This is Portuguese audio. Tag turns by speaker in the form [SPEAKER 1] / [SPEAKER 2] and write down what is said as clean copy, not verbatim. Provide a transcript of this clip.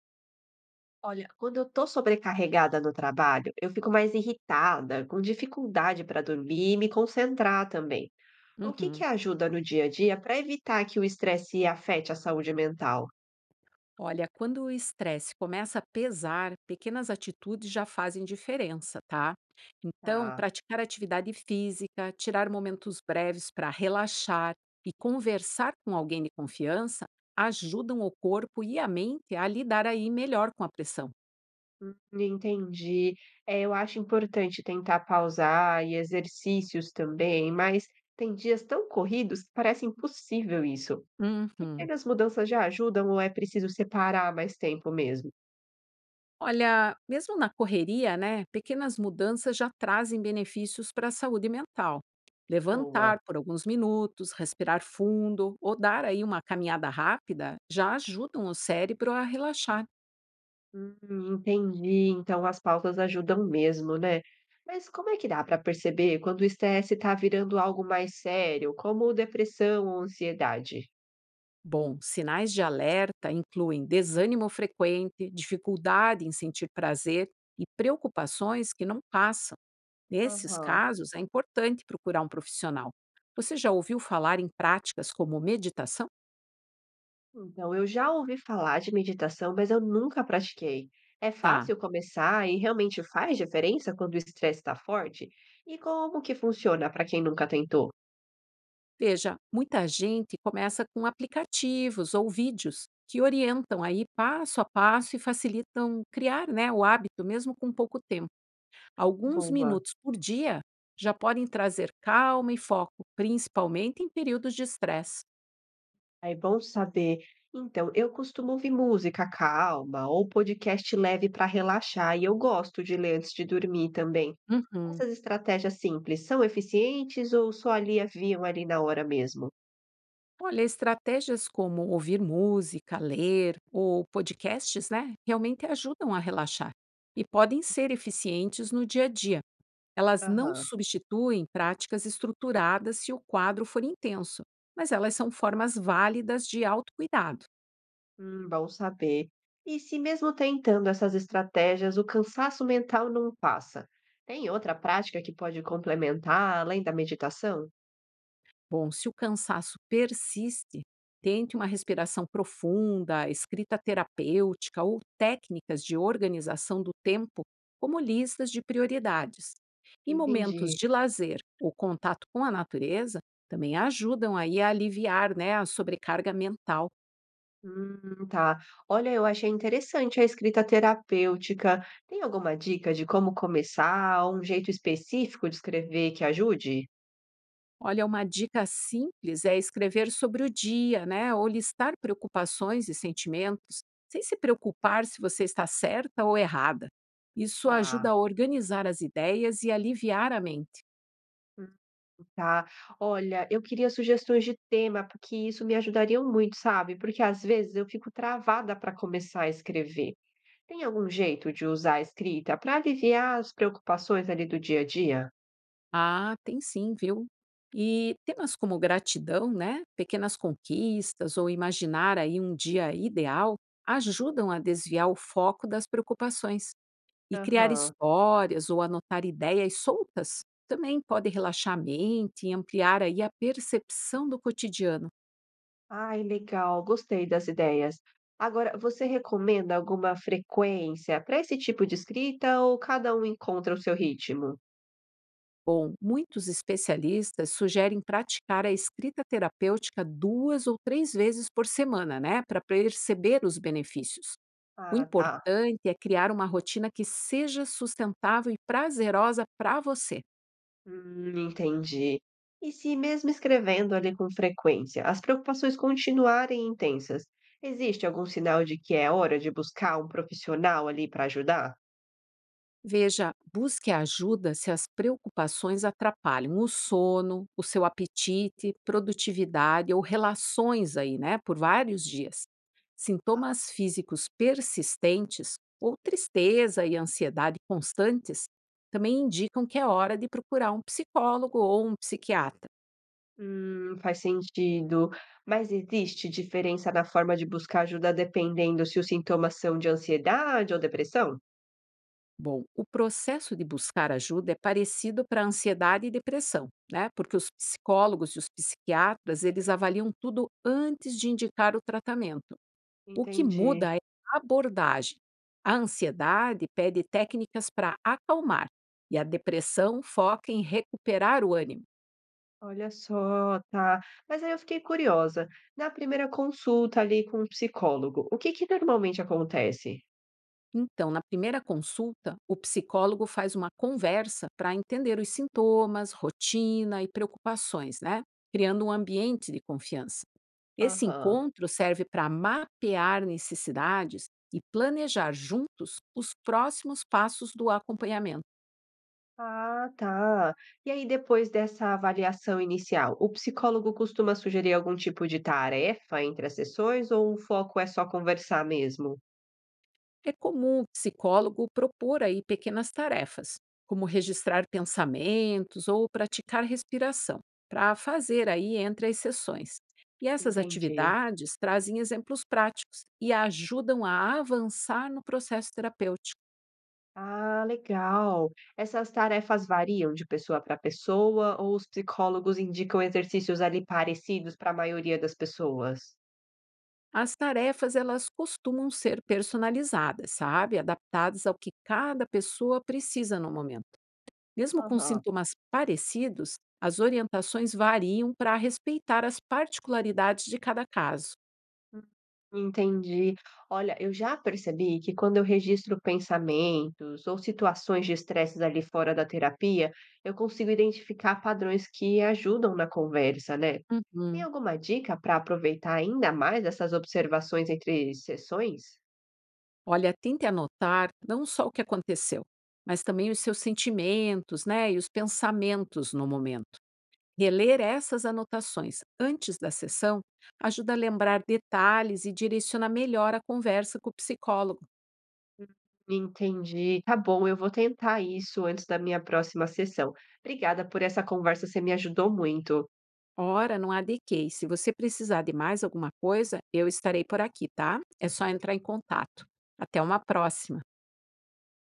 [SPEAKER 1] Olha, quando eu tô sobrecarregada no trabalho, eu fico mais irritada, com dificuldade para dormir e me concentrar também. O que
[SPEAKER 2] Uhum.
[SPEAKER 1] que ajuda no dia a dia para evitar que o estresse afete a saúde mental?
[SPEAKER 2] Olha, quando o estresse começa a pesar, pequenas atitudes já fazem diferença, tá? Então,
[SPEAKER 1] Tá,
[SPEAKER 2] praticar atividade física, tirar momentos breves para relaxar e conversar com alguém de confiança ajudam o corpo e a mente a lidar aí melhor com a pressão.
[SPEAKER 1] entendi. É, eu acho importante tentar pausar e exercícios também, mas tem dias tão corridos que parece impossível isso.
[SPEAKER 2] Uhum.
[SPEAKER 1] Pequenas mudanças já ajudam ou é preciso separar mais tempo mesmo?
[SPEAKER 2] Olha, mesmo na correria, né, pequenas mudanças já trazem benefícios para a saúde mental.
[SPEAKER 1] Boa.
[SPEAKER 2] Levantar por alguns minutos, respirar fundo ou dar aí uma caminhada rápida já ajudam o cérebro a relaxar.
[SPEAKER 1] Hum, entendi. Então as pausas ajudam mesmo, né? Mas como é que dá para perceber quando o estresse está virando algo mais sério, como depressão ou ansiedade?
[SPEAKER 2] Bom, sinais de alerta incluem desânimo frequente, dificuldade em sentir prazer e preocupações que não passam. Nesses
[SPEAKER 1] Aham.
[SPEAKER 2] casos, é importante procurar um profissional. Você já ouviu falar em práticas como meditação?
[SPEAKER 1] Então, eu já ouvi falar de meditação, mas eu nunca pratiquei. É
[SPEAKER 2] Tá.
[SPEAKER 1] fácil começar e realmente faz diferença quando o estresse está forte? E como que funciona para quem nunca tentou?
[SPEAKER 2] Veja, muita gente começa com aplicativos ou vídeos que orientam aí passo a passo e facilitam criar, né, o hábito, mesmo com pouco tempo. Alguns
[SPEAKER 1] Boa.
[SPEAKER 2] minutos por dia já podem trazer calma e foco, principalmente em períodos de estresse.
[SPEAKER 1] Ah, é bom saber. Então, eu costumo ouvir música calma ou podcast leve para relaxar, e eu gosto de ler antes de dormir também.
[SPEAKER 2] Uhum.
[SPEAKER 1] Essas estratégias simples são eficientes ou só aliviam ali na hora mesmo?
[SPEAKER 2] Olha, estratégias como ouvir música, ler ou podcasts, né, realmente ajudam a relaxar e podem ser eficientes no dia a dia. Elas não
[SPEAKER 1] Aham.
[SPEAKER 2] substituem práticas estruturadas se o quadro for intenso, mas elas são formas válidas de autocuidado.
[SPEAKER 1] Bom saber. E se mesmo tentando essas estratégias, o cansaço mental não passa? Tem outra prática que pode complementar além da meditação?
[SPEAKER 2] Bom, se o cansaço persiste, tente uma respiração profunda, escrita terapêutica ou técnicas de organização do tempo, como listas de prioridades. E momentos
[SPEAKER 1] Entendi.
[SPEAKER 2] de lazer ou contato com a natureza também ajudam aí a aliviar, né, a sobrecarga mental.
[SPEAKER 1] Tá. Olha, eu achei interessante a escrita terapêutica. Tem alguma dica de como começar, um jeito específico de escrever que ajude?
[SPEAKER 2] Olha, uma dica simples é escrever sobre o dia, né? Ou listar preocupações e sentimentos, sem se preocupar se você está certa ou errada. Isso ajuda
[SPEAKER 1] Tá.
[SPEAKER 2] a organizar as ideias e aliviar a mente.
[SPEAKER 1] Hum, tá. Olha, eu queria sugestões de tema, porque isso me ajudaria muito, sabe? Porque às vezes eu fico travada para começar a escrever. Tem algum jeito de usar a escrita para aliviar as preocupações ali do dia a dia?
[SPEAKER 2] Ah, tem sim, viu? E temas como gratidão, né? Pequenas conquistas ou imaginar aí um dia ideal ajudam a desviar o foco das preocupações. E criar
[SPEAKER 1] Aham.
[SPEAKER 2] histórias ou anotar ideias soltas também pode relaxar a mente e ampliar aí a percepção do cotidiano.
[SPEAKER 1] Ai, legal, gostei das ideias. Agora, você recomenda alguma frequência para esse tipo de escrita ou cada um encontra o seu ritmo?
[SPEAKER 2] Bom, muitos especialistas sugerem praticar a escrita terapêutica duas ou três vezes por semana, né, para perceber os benefícios. O
[SPEAKER 1] Ah, tá.
[SPEAKER 2] importante é criar uma rotina que seja sustentável e prazerosa para você.
[SPEAKER 1] Entendi. E se mesmo escrevendo ali com frequência, as preocupações continuarem intensas, existe algum sinal de que é hora de buscar um profissional ali para ajudar?
[SPEAKER 2] Veja, busque ajuda se as preocupações atrapalham o sono, o seu apetite, produtividade ou relações aí, né, por vários dias.
[SPEAKER 1] Ah,
[SPEAKER 2] Sintomas físicos persistentes ou tristeza e ansiedade constantes também indicam que é hora de procurar um psicólogo ou um psiquiatra.
[SPEAKER 1] hum, faz sentido. Mas existe diferença na forma de buscar ajuda dependendo se os sintomas são de ansiedade ou depressão?
[SPEAKER 2] Bom, o processo de buscar ajuda é parecido para ansiedade e depressão, né? Porque os psicólogos e os psiquiatras, eles avaliam tudo antes de indicar o tratamento. O que
[SPEAKER 1] Entendi.
[SPEAKER 2] muda é a abordagem. A ansiedade pede técnicas para acalmar e a depressão foca em recuperar o ânimo.
[SPEAKER 1] Olha só, tá. Mas aí eu fiquei curiosa. Na primeira consulta ali com o psicólogo, o que que normalmente acontece?
[SPEAKER 2] Então, na primeira consulta, o psicólogo faz uma conversa para entender os sintomas, rotina e preocupações, né? Criando um ambiente de confiança. Esse
[SPEAKER 1] Aham.
[SPEAKER 2] encontro serve para mapear necessidades e planejar juntos os próximos passos do acompanhamento.
[SPEAKER 1] Ah, tá. E aí depois dessa avaliação inicial, o psicólogo costuma sugerir algum tipo de tarefa entre as sessões ou o foco é só conversar mesmo?
[SPEAKER 2] É comum o psicólogo propor aí pequenas tarefas, como registrar pensamentos ou praticar respiração, para fazer aí entre as sessões. E essas
[SPEAKER 1] Entendi.
[SPEAKER 2] atividades trazem exemplos práticos e ajudam a avançar no processo terapêutico.
[SPEAKER 1] Ah, legal. Essas tarefas variam de pessoa para pessoa ou os psicólogos indicam exercícios ali parecidos para a maioria das pessoas?
[SPEAKER 2] As tarefas, elas costumam ser personalizadas, sabe? Adaptadas ao que cada pessoa precisa no momento. Mesmo com
[SPEAKER 1] Aham.
[SPEAKER 2] sintomas parecidos, as orientações variam para respeitar as particularidades de cada caso.
[SPEAKER 1] Hum, entendi. Olha, eu já percebi que quando eu registro pensamentos ou situações de estresses ali fora da terapia, eu consigo identificar padrões que ajudam na conversa, né? Tem
[SPEAKER 2] Uhum.
[SPEAKER 1] alguma dica para aproveitar ainda mais essas observações entre sessões?
[SPEAKER 2] Olha, tente anotar não só o que aconteceu, mas também os seus sentimentos, né? E os pensamentos no momento. Reler essas anotações antes da sessão ajuda a lembrar detalhes e direciona melhor a conversa com o psicólogo.
[SPEAKER 1] Entendi. Tá bom, eu vou tentar isso antes da minha próxima sessão. Obrigada por essa conversa, você me ajudou muito.
[SPEAKER 2] Ora, não há de quê. E se você precisar de mais alguma coisa, eu estarei por aqui, tá? É só entrar em contato. Até uma próxima.